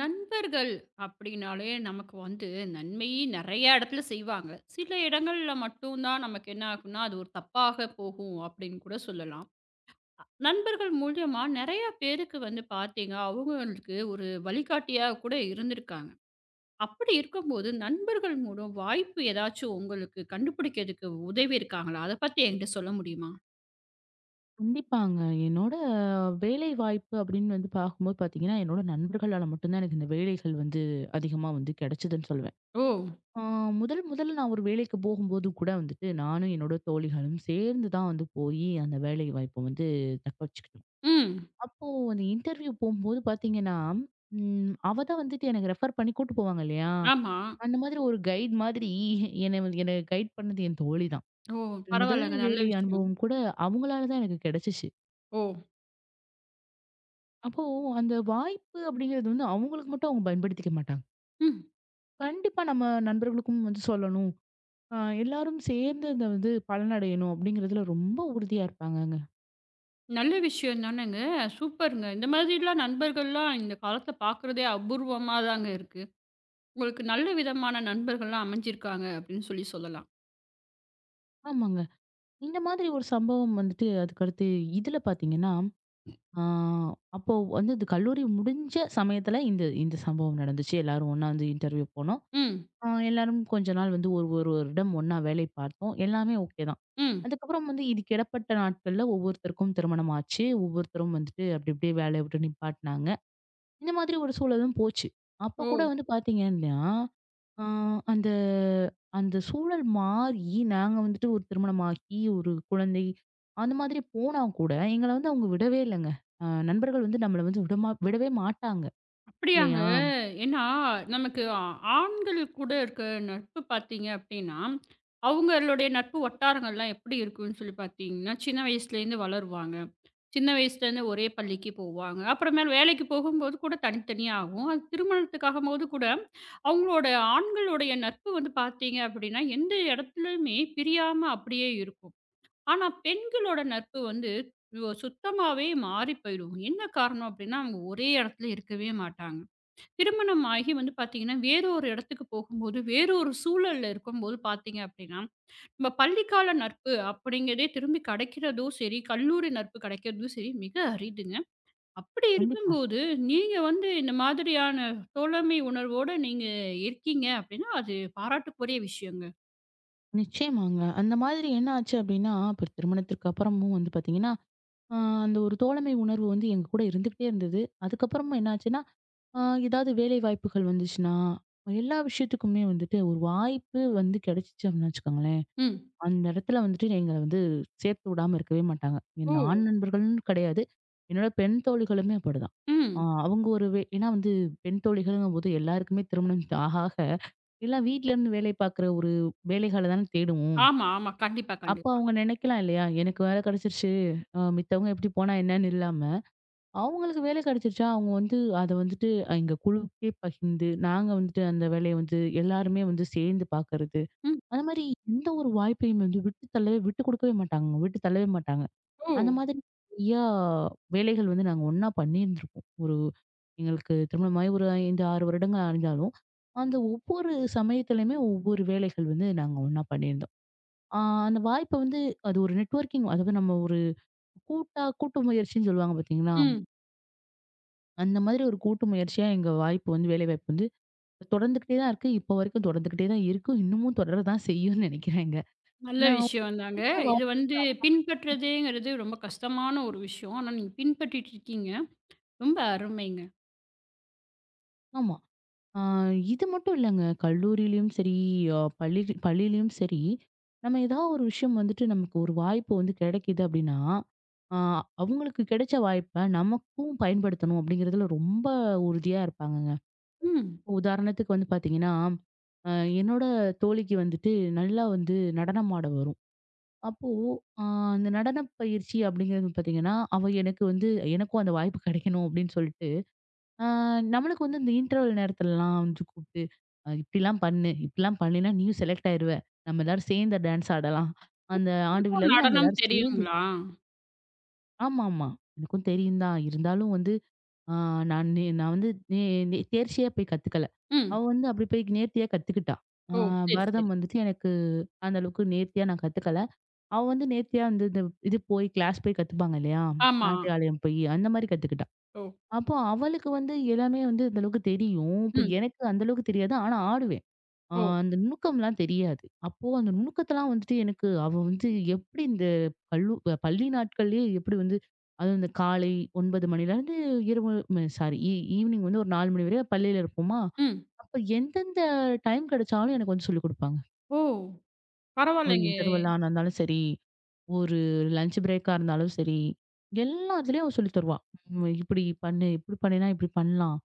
நண்பர்கள் அப்படின்னாலே நமக்கு வந்து நன்மை நிறைய இடத்துல செய்வாங்க. சில இடங்கள்ல மட்டும் தான் நமக்கு என்ன ஆகும்னா, அது ஒரு தப்பாக போகும் அப்படின்னு கூட சொல்லலாம். நண்பர்கள் மூலியமா நிறைய பேருக்கு வந்து பார்த்தீங்க, அவங்களுக்கு ஒரு வழிகாட்டியா கூட இருந்திருக்காங்க. அப்படி இருக்கும்போது நண்பர்கள் மூலம் வாய்ப்பு ஏதாச்சும் உங்களுக்கு கண்டுபிடிக்கிறதுக்கு உதவி இருக்காங்களா? அத பத்தி என்கிட்ட சொல்ல முடியுமா? கண்டிப்பாங்க. என்னோட வேலை வாய்ப்பு அப்படின்னு வந்து பார்க்கும்போது பார்த்தீங்கன்னா, என்னோட நண்பர்களால மட்டும்தான் எனக்கு இந்த வேலைகள் வந்து அதிகமா வந்து கிடைச்சதுன்னு சொல்லுவேன். ஓ! ஆ முதல் முதல்ல நான் ஒரு வேலைக்கு போகும்போது கூட வந்துட்டு, நானும் என்னோட தோழிகளும் சேர்ந்து தான் வந்து போயி அந்த வேலை வாய்ப்ப வந்து தக்க வச்சுக்கிட்டோம். ம். அப்போ அந்த இன்டர்வியூ போகும்போது பார்த்தீங்கன்னா, அவ தான் வந்துட்டு எனக்கு ரெஃபர் பண்ணி கூட்டு போவாங்க இல்லையா? ஆமா. அந்த மாதிரி ஒரு கைட் மாதிரி என்னை கைட் பண்ணது என் தோழி தான். ஓ! முதல் பரவாயில்லங்க. நல்ல வேலை விஷயம். அனுபவம் கூட அவங்களால தான் எனக்கு கிடைச்சிச்சு. ஓ! அப்போ அந்த வாய்ப்பு அப்படிங்கிறது வந்து அவங்களுக்கு மட்டும் அவங்க பயன்படுத்திக்க மாட்டாங்க. ம். கண்டிப்பா நம்ம நண்பர்களுக்கும் வந்து சொல்லணும். அ எல்லாரும் சேர்ந்து இத வந்து பலனடையணும் அப்படிங்கிறதுல ரொம்ப உறுதியா இருப்பாங்கங்க. நல்ல விஷயம் தானேங்க. சூப்பருங்க. இந்த மாதிரிலாம் நண்பர்கள்லாம் இந்த காலத்தில பார்க்குறதே அபூர்வமா தாங்க இருக்கு. உங்களுக்கு நல்ல விதமான நண்பர்கள்லாம் அமைஞ்சிருக்காங்க அப்படின்னு சொல்லி சொல்லலாம். ஆமாங்க. இந்த மாதிரி ஒரு சம்பவம் வந்துட்டு அதுக்கடுத்து இதுல பார்த்தீங்கன்னா, ஆ அப்போ வந்து இது கல்லூரி முடிஞ்ச சமயத்துல இந்த இந்த சம்பவம் நடந்துச்சு. எல்லாரும் ஒண்ணா வந்து இன்டர்வியூ போனோம். ம், எல்லாரும் கொஞ்ச நாள் வந்து ஒரு ஒரு வருடம் ஒண்ணா வேலை பார்த்தோம். எல்லாமே ஓகே தான். ம். அதுக்கப்புறம் வந்து இதுக்கு இடப்பட்ட நாட்கள்ல ஒவ்வொருத்தருக்கும் திருமணம் ஆச்சு. ஒவ்வொருத்தரும் வந்துட்டு அப்படி அப்படியே வேலைய விட்டு நிப்பாட்னாங்க. இந்த மாதிரி ஒரு சூழலும் போச்சு. அப்ப ஓ! கூட வந்து பார்த்தீங்கன்னா, ஆ அந்த அந்த சூழல் மாறி நாங்க வந்துட்டு ஒரு திருமணமாகி, ஒரு குழந்தை அந்த மாதிரி போனா கூட எங்கள வந்து அவங்க விடவே இல்லங்க. நண்பர்கள் வந்து நம்மள வந்து விடமா விடவே மாட்டாங்க. அப்படியாங்க. இல்லையா? ஏன்னா, நமக்கு ஆண்கள் கூட இருக்க நட்பு பார்த்தீங்க அப்படின்னா, அவங்களுடைய நட்பு வட்டாரங்கள்லாம் எப்படி இருக்கும்ன்னு சொல்லி பார்த்தீங்கன்னா, சின்ன வயசுலேருந்து வளருவாங்க. சின்ன வயசுலேருந்து ஒரே பள்ளிக்கு போவாங்க. அப்புறமேல் வேலைக்கு போகும்போது கூட தனித்தனியா ஆகும். அது திருமணத்துக்காகும்போது கூட, அவங்களோட ஆண்களுடைய நட்பு வந்து பார்த்தீங்க அப்படின்னா, எந்த இடத்துலயுமே பிரியாம அப்படியே இருக்கும். ஆனா பெண்களோட நட்பு வந்து சுத்தமாவே மாறி போயிடும். என்ன காரணம் அப்படின்னா, அவங்க ஒரே இடத்துல இருக்கவே மாட்டாங்க. திருமணம் ஆகி வந்து பார்த்தீங்கன்னா, வேற ஒரு இடத்துக்கு போகும்போது, வேற ஒரு சூழல்ல இருக்கும்போது பார்த்தீங்க அப்படின்னா, நம்ம பள்ளிக்கால நட்பு அப்படிங்கிறதே திரும்பி கிடைக்கிறதும் சரி, கல்லூரி நட்பு கிடைக்கிறதும் சரி மிக அரிதுங்க. அப்படி கண்டிப்பா. இருக்கும்போது, நீங்க வந்து இந்த மாதிரியான தோழமை உணர்வோட நீங்க இருக்கீங்க அப்படின்னா, அது பாராட்டுக்குரிய விஷயங்க. நிச்சயமாங்க. அந்த மாதிரி என்ன ஆச்சு அப்டின்னா, அப்புறம் திருமணத்திற்கு அப்புறமும் வந்து பார்த்தீங்கன்னா, அ அந்த ஒரு தோழமை உணர்வு வந்து எங்க கூட இருந்துகிட்டே இருந்தது. அதுக்கப்புறமும் என்ன ஆச்சுன்னா, அ ஏதாவது வேலை வாய்ப்புகள் வந்துச்சுன்னா, எல்லா விஷயத்துக்குமே வந்துட்டு ஒரு வாய்ப்பு வந்து கிடைச்சுச்சு அப்டின்னு வச்சுக்கோங்களேன். ம். அந்த இடத்துல வந்துட்டு எங்கள வந்து சேர்த்து விடாம இருக்கவே மாட்டாங்க. என் ஓ! ஆண் நண்பர்கள்னு கிடையாது. என்னோட பெண் தோழிகளுமே அப்படிதான். ம். அவங்க ஒரு வே ஏன்னா வந்து பெண் தோழிகள்ங்கும்போது எல்லாருக்குமே திருமணம் ஆக, ஆக எல்லாம் வீட்ல இருந்து வேலை பார்க்குற ஒரு வேலைகள தானே தேடுவோம். ஆமா, ஆமா. கண்டிப்பா, அப்ப கண்டிப்பா. அவங்க நினைக்கலாம் இல்லையா? எனக்கு வேலை கிடைச்சிருச்சு. மித்தவங்க எப்படி போனா என்னன்னு இல்லாம, அவங்களுக்கு வேலை கிடைச்சிருச்சா, அவங்க வந்து அத வந்துட்டு எங்க குழுக்கே பகிர்ந்து, நாங்க வந்துட்டு அந்த வேலைய வந்து எல்லாருமே வந்து சேர்ந்து பார்க்கறது. ம். அந்த மாரி எந்த ஒரு வாய்ப்பையும் வந்து விட்டு கொடுக்கவே மாட்டாங்க. விட்டு தள்ளவே மாட்டாங்க. ஓ! அந்த மாதிரி நிறையா வேலைகள் வந்து நாங்க ஒண்ணா பண்ணியிருந்திருக்கோம். எங்களுக்கு திருமணமாகி ஒரு 5, 6 வருடங்கள் ஆனாலும், அந்த ஒவ்வொரு சமயத்திலயுமே ஒவ்வொரு வேலைகள் வந்து நாங்க ஒண்ணா பண்ணியிருந்தோம். ஆ அந்த வாய்ப்ப வந்து அது ஒரு நெட்வொர்க்கிங் அதாவது நம்ம ஒரு கூட்டு முயற்சின்னு சொல்லுவாங்க பார்த்தீங்களா? ம். அந்த மாதிரி ஒரு கூட்டு முயற்சியா எங்க வாய்ப்பு வந்து வேலைவாய்ப்பு வந்து தொடர்ந்துகிட்டே தான் இருக்கு. இப்போ வரைக்கும் தொடர்ந்துகிட்டே தான் இருக்கும். இன்னமும் தொடர தான் செய்யும்ன்னு நினைக்கிறேங்க. நல்ல ஏன்னா விஷயம் அவங்களுக்கு தாங்க. கிடைச்ச இது வாய்ப்பு வந்து பின்பற்றதேங்கிறது ரொம்ப கஷ்டமான ஒரு விஷயம். ஆனா நீங்க பின்பற்றிட்டு இருக்கீங்க. ரொம்ப அருமைங்க. ஆமா. ஆ இது மட்டும் இல்லங்க. கல்லூரியிலயும் சரி, பள்ளியிலயும் சரி, நம்ம ஏதாவது ஒரு விஷயம் வந்துட்டு நமக்கு ஒரு வாய்ப்பு வந்து கிடைக்குது அப்படின்னா, ஆ அவங்களுக்கு கிடைச்ச வாய்ப்ப நமக்கும் பயன்படுத்தணும் அப்படிங்கிறதுல ரொம்ப உறுதியா இருப்பாங்கங்க. ம். உதாரணத்துக்கு வந்து பாத்தீங்கன்னா, அ என்னோட தோழிக்கு வந்துட்டு நல்லா வந்து நடனம் ஆட வரும். அப்போ அ அந்த நடனப் பயிற்சி அப்படிங்கிறது பாத்தீங்கன்னா, அவ எனக்கு வந்து எனக்கும் அந்த வாய்ப்பு கிடைக்கணும் அப்படின்னு சொல்லிட்டு, அ நம்மளுக்கு வந்து இந்த இன்டர்வல் நேரத்துலலாம் வந்து கூப்பிட்டு, இப்படிலாம் பண்ணு, இப்படிலாம் பண்ணினா நீயும் செலக்ட் ஆயிருவ. நம்ம எல்லாரும் சேர்ந்து டான்ஸ் ஆடலாம். அந்த ஆண்டு உங்களுக்கும் விழால நம்ம நடனம் எல்லாரும் சேர்ந்து" தெரியுங்களா? ஆமாமா. எனக்கும் தெரியும் தான். இருந்தாலும் வந்து ஆ நான் நே நான் வந்து நே நே தேர்ச்சியா போய் கத்துக்கல. ம். அவ வந்து அப்படி போய் நேர்த்தியா கத்துக்கிட்டா. ஆ ஓ! சரி, சரி. பரதம் வந்துட்டு எனக்கு அந்த அளவுக்கு நேர்த்தியா நான் கத்துக்கல. அவ வந்து நேர்த்தியா வந்து இது போய் கிளாஸ் போய் கத்துப்பாங்க இல்லையா? ஆமா. நாட்டியாலயம் போய் அந்த மாரி கத்துக்கிட்டா. ஓ! அப்போ அவளுக்கு வந்து எல்லாமே வந்து இந்த அளவுக்கு தெரியும். இப்ப ம். எனக்கு அந்த அளவுக்கு தெரியாது. ஆனா ஆடுவேன். ஆ ஓ! அந்த நுணுக்கம்லாம் தெரியாது. அப்போ அந்த நுணுக்கத்தலாம் வந்துட்டு எனக்கு அவ வந்து எப்படி இந்த பள்ளி நாட்கள்லயே எப்படி வந்து அதுவும் இந்த காலை 9 மணிலேருந்து இரவு ம சாரி ஈ ஈவினிங் வந்து ஒரு 4 மணி வரை பள்ளியில இருப்போமா, ம். அப்ப எந்தெந்த டைம் கிடைச்சாலும் எனக்கு வந்து சொல்லிக் குடுப்பாங்க. ஓ! ஒரு பரவாயில்லங்க. இன்டர்வல் ஆனா இருந்தாலும் சரி. ஒரு லஞ்ச் பிரேக்கா இருந்தாலும் சரி, எல்லாத்துலயும் சொல்லித் தருவா. "இப்படி பண்ணு, இப்படி பண்ணினா இப்படி பண்ணலாம்.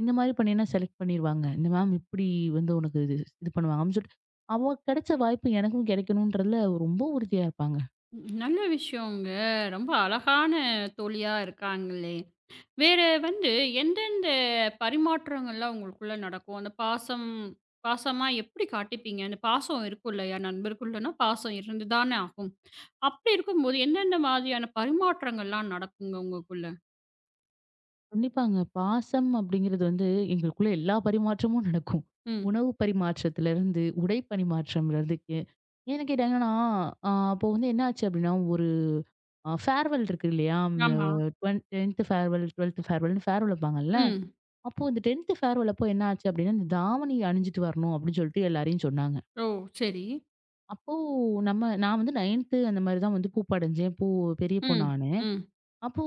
இந்த மாரி பண்ணினா செலக்ட் பண்ணிருவாங்க. இந்த மேம் இப்படி வந்து உனக்கு இது இது பண்ணுவாங்க." அப்படின்னு சொல்லிட்டு, அவ கிடைச்ச வாய்ப்பு எனக்கும் கிடைக்கணுன்றதுல ரொம்ப உறுதியா இருப்பாங்க. நல்ல விஷயங்க. ரொம்ப அழகான தோழியா இருக்காங்களே. வேற வந்து எந்தெந்த பரிமாற்றங்கள்லாம் உங்களுக்குள்ள நடக்கும்? அந்த பாசம் பாசமா எப்படி காட்டிப்பீங்க? அந்த பாசம் இருக்கும் இல்லையா? நண்பருக்குள்ளனா பாசம் இருந்து தானே ஆகும். அப்படி இருக்கும்போது எந்தெந்த மாதிரியான பரிமாற்றங்கள்லாம் நடக்குங்க உங்களுக்குள்ள? கண்டிப்பாங்க. பாசம் அப்படிங்கிறது வந்து எங்களுக்குள்ள எல்லா பரிமாற்றமும் நடக்கும். ம். உணவு பரிமாற்றத்திலருந்து, உடை பரிமாற்றம்லருந்து ஏன்னு கேட்டாங்கன்னா, அப்போ வந்து என்னாச்சு அப்படின்னா, ஒரு அ ஃபேர்வெல் இருக்கு இல்லையா? இந்த ஆமா. 10த் ஃபேர்வெல், 12த் ஃபேர்வெல்ன்னு ஃபேர்வெல் வைப்பாங்கல்ல. ம். அப்போ இந்த 10த் ஃபேர்வெல் அப்போ என்ன ஆச்சு அப்படின்னா, இந்த தாவணி அணிஞ்சுட்டு வரணும் அப்படின்னு சொல்லிட்டு எல்லாரையும் சொன்னாங்க. ஓ! சரி. அப்போ நான் வந்து 9த் அந்த மாரி தான் வந்து பூப்பு அடைஞ்சேன். பெரிய பொண்ணு ம். ஆனேன். ம். அப்போ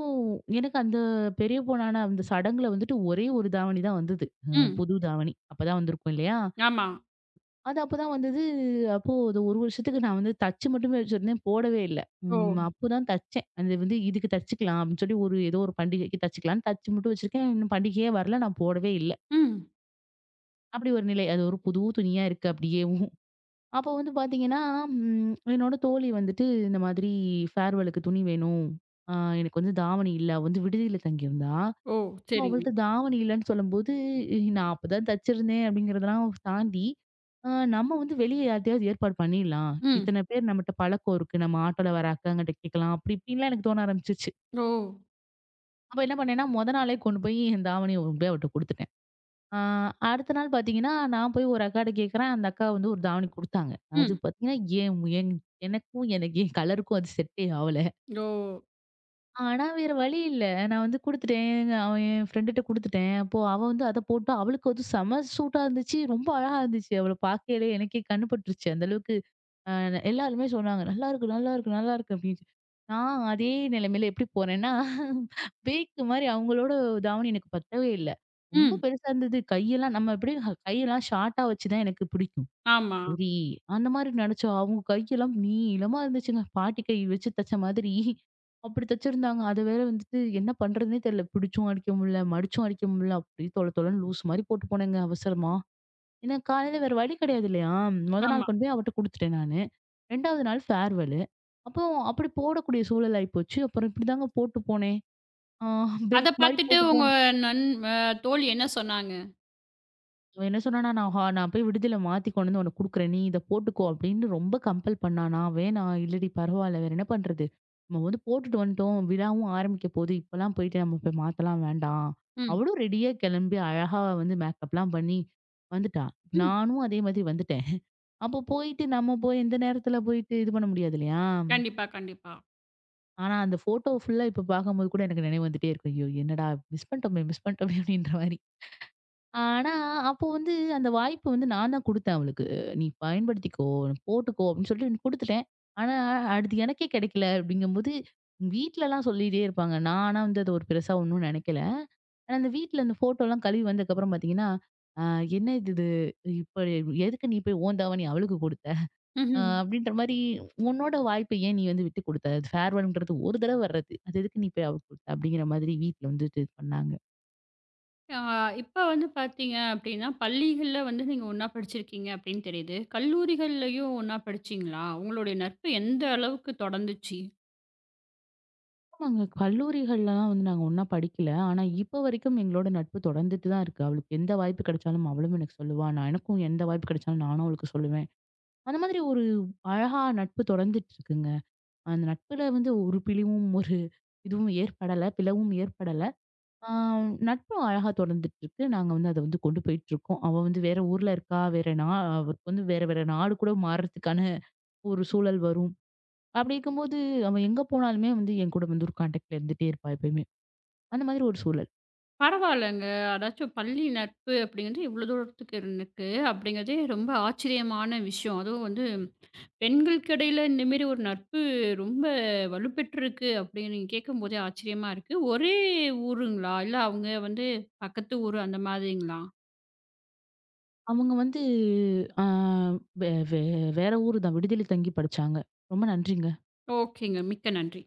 எனக்கு அந்த பெரிய பொண்ணான அந்த சடங்குல வந்துட்டு ஒரே ஒரு தாவணி தான் வந்தது. ம். புது தாவணி. அப்பதான் வந்திருக்கும் இல்லையா? ஆமா. அது அப்பதான் வந்தது. அப்போ அது 1 வருஷத்துக்கு நான் வந்து தச்சு மட்டுமே வச்சிருந்தேன். போடவே இல்ல. ஓ! அப்போதான் தச்சேன். அது வந்து இதுக்கு தச்சுக்கலாம் அப்படின்னு சொல்லி ஒரு ஏதோ ஒரு பண்டிகைக்கு தச்சுக்கலாம்ன்னு தச்சு மட்டும் வச்சிருக்கேன். இன்னும் பண்டிகையே வரல. நான் போடவே இல்ல. ம். அப்படி ஒரு நிலை. அது ஒரு புது துணியா இருக்கு அப்படியேவும். அப்போ வந்து பார்த்தீங்கன்னா, என்னோட தோழி வந்துட்டு இந்த மாதிரி ஃபேர்வெலுக்கு துணி வேணும். அ எனக்கு வந்து தாவணி இல்ல. அவ வந்து விடுதியில தங்கியிருந்தா. ஓ! சரிங்க. அவள்ட்ட தாவணி இல்லன்னு சொல்லும்போது, நான் அப்பதான் தச்சிருந்தேன் அப்படிங்கிறதெல்லாம் தாண்டி, அ நம்ம வந்து வெளிய யார்ட்டயாவது ஏற்பாடு பண்ணிடலாம். ம். இத்தன பேர் நம்மட்ட பழக்கம் இருக்கு. நம்ம ஆட்டோல வர அக்காங்கிட்ட கேட்கலாம். அப்படி இப்படின்லாம் எனக்கு தோண ஆரம்பிச்சுச்சு. ஓ! அப்ப என்ன பண்ணேன்னா, மொத நாளே கொண்டு போய் என் தாவணிய கொண்டு போய் அவட்ட குடுத்துட்டேன். அ அடுத்த நாள் பார்த்தீங்கன்னா, நான் போய் ஒரு அக்காட்ட கேட்கிறேன். அந்த அக்கா வந்து ஒரு தாவணி குடுத்தாங்க. அது ம். பார்த்தீங்கன்னா, என் என் எனக்கும் எனக்கு என் கலருக்கும் அது செட்டே ஆவல. ஓ! ஆனா வேற வழி இல்ல. நான் வந்து குடுத்துட்டேன். எங்க- அவன் என் ஃப்ரெண்டுட்ட குடுத்துட்டேன். அப்போ அவ வந்து அத போட்டா, அவளுக்கு அது செம சூட்டா இருந்துச்சு. ரொம்ப அழகா இருந்துச்சு. அவள பார்க்கையிலே எனக்கே கண்ணு பட்டுருச்சு. அந்த அளவுக்கு அ எல்லாருமே சொன்னாங்க. "நல்லா இருக்கு, நல்லா இருக்கு, நல்லா இருக்கு" அப்படின்னு. நான் அதே நிலைமையில எப்படி போனேன்னா, பேக்கு மாரி அவங்களோட தாவணி எனக்கு பத்தவே இல்ல. ரொம்ப ம். பெருசா இருந்தது. கையெல்லாம் நம்ம எப்படியும் கையெல்லாம் ஷார்ட்டா வச்சு தான் எனக்கு பிடிக்கும். ஆமா, சரி. அந்த மாரி நெனச்சோம். அவங்க கையெல்லாம் நீளமா இருந்துச்சுங்க. பாட்டி கை வச்சு தச்ச மாதிரி. அப்படி தச்சிருந்தாங்க. அத வேற வந்துட்டு என்ன பண்றதுன்னே தெரியல. பிடிச்சும் அடிக்க முடியல, மடிச்சும் அடிக்க முடியல. அப்படியே தொல தொலன்னு லூஸ் மாரி போட்டு போனேங்க அவசரமா. ஏன்னா காலையில வேற வழி கிடையாது இல்லையா? மொத நாள் ஆமா. கொண்டு போய் அவட்ட குடுத்துட்டேன் நானு. 2வது நாள் ஃபேர்வெலு. அப்போ அப்படி போடக்கூடிய சூழல் ஆயிப்போச்சு. அப்புறம் இப்படிதாங்க போட்டு போனேன். ஆ அத பேக் மாரி பார்த்துட்டு போட்டு உங்க போனேன். நண் அ தோழி என்ன சொன்னாங்க? அவன் என்ன சொன்னான்னா, "நான் நான் போய் விடுதியில மாத்தி கொண்டு வந்து உனக்கு குடுக்குறேன். நீ இத போட்டுக்கோ" அப்படின்னு ரொம்ப கம்பல் பண்ணானா. வேணாம், இல்லடி பரவால்ல. வேற என்ன பண்றது? நம்ம வந்து போட்டுட்டு வந்துட்டோம். விழாவும் ஆரம்பிக்க போகுது. இப்பலாம் போயிட்டு நம்ம போய் மாத்தலாம் வேண்டாம். ம், அவளும் ரெடியா கிளம்பி அழகா வந்து மேக்கப்லாம் பண்ணி வந்துட்டா. ம். நானும் அதே மாதிரி வந்துட்டேன். அப்போ போயிட்டு நம்ம போய் எந்த நேரத்துல போயிட்டு இது பண்ண முடியாது இல்லையா? கண்டிப்பா, கண்டிப்பா. ஆனா அந்த ஃபோட்டோ ஃபுல்லா இப்ப பார்க்கும்போது கூட எனக்கு நினைவு வந்துட்டே இருக்கும். ஐயோ! என்னடா மிஸ் பண்ணிட்டோமே அப்படின்ற மாரி. ஆனா, அப்போ வந்து அந்த வாய்ப்பு வந்து நான் தான் குடுத்தேன் அவளுக்கு. "நீ பயன்படுத்திக்கோ, நீ போட்டுக்கோ" அப்படின்னு சொல்லிட்டு குடுத்துட்டேன். ஆனா, அடுத்து எனக்கே கிடைக்கல அப்படிங்கும்போது, வீட்லலாம் சொல்லிட்டே இருப்பாங்க. நான் ஆனா வந்து அது ஒரு பெருசா ஒண்ணும் நெனைக்கல. ஆனா, அந்த வீட்ல அந்த ஃபோட்டோலாம் கழுவி வந்ததுக்கப்புறம் பார்த்தீங்கன்னா, "அ என்ன இது இது? இப்ப எதுக்கு நீ போய் உன் தாவணி அவளுக்கு குடுத்த? ம்ஹ்ம். அப்படின்ற மாரி உன்னோட வாய்ப்ப ஏன் நீ வந்து விட்டுக் குடுத்த? அது ஃபேர்வெல்ங்கிறது ஒரு தடவ வர்றது. அது எதுக்கு நீ போய் அவளுக்கு குடுத்த?" அப்படிங்கிற மாதிரி வீட்ல வந்துட்டு இது பண்ணாங்க. ஆ இப்ப வந்து பார்த்தீங்க அப்டின்னா, பள்ளிகள்ல வந்து நீங்க ஒண்ணா படிச்சிருக்கீங்க அப்டின்னு தெரியுது. கல்லூரிகள்லயும் ஒண்ணா படிச்சீங்களா? உங்களுடைய நட்பு எந்த அளவுக்கு தொடர்ந்துச்சு? நாங்க கல்லூரிகள்லாம் வந்து நாங்க ஒண்ணா படிக்கல. ஆனா, இப்ப வரைக்கும் எங்களோட நட்பு தொடர்ந்துட்டு தான் இருக்கு. அவளுக்கு எந்த வாய்ப்பு கிடைச்சாலும் அவளும் எனக்கு சொல்லுவா. நான் எனக்கும் எந்த வாய்ப்பு கிடைச்சாலும் நானும் அவளுக்கு சொல்லுவேன். அந்த மாதிரி ஒரு அழகா நட்பு தொடர்ந்துட்டு இருக்குங்க. அந்த நட்புல வந்து ஒரு பிழிவும், ஒரு இதுவும் ஏற்படல. பிளவும் ஏற்படல. ஆ நட்பும் அழகா தொடர்ந்துட்டு இருக்கு. நாங்க வந்து அத வந்து கொண்டு போயிட்டுருக்கோம். அவ வந்து வேற ஊர்ல இருக்கா. வேற நா அவருக்கு வந்து வேற வேற நாடு கூட மாறுறதுக்கான ஒரு சூழல் வரும். அப்படி இருக்கும்போது அவ எங்க போனாலுமே வந்து என் கூட வந்து ஒரு கான்டாக்ட்ல இருந்துட்டே இருப்பா எப்பயுமே. அந்த மாதிரி ஒரு சூழல். பரவால்லங்க. அதாச்சும் பள்ளி நட்பு அப்படிங்கிறது இவ்வளோ தூரத்துக்கு இருக்கு அப்படிங்கிறதே ரொம்ப ஆச்சரியமான விஷயம். அதுவும் வந்து பெண்களுக்கு இடையில இந்த மாரி ஒரு நட்பு ரொம்ப வலுப்பெற்றிருக்கு அப்படின்னு கேட்கும்போதே ஆச்சரியமா இருக்கு. ஒரே ஊருங்களா? இல்ல அவங்க வந்து பக்கத்து ஊரு அந்த மாதிரிங்களா? அவங்க வந்து ஆ வே வே வேற ஊரு தான். விடுதியில தங்கி படிச்சாங்க. ரொம்ப நன்றிங்க. ஓகேங்க. மிக்க நன்றி.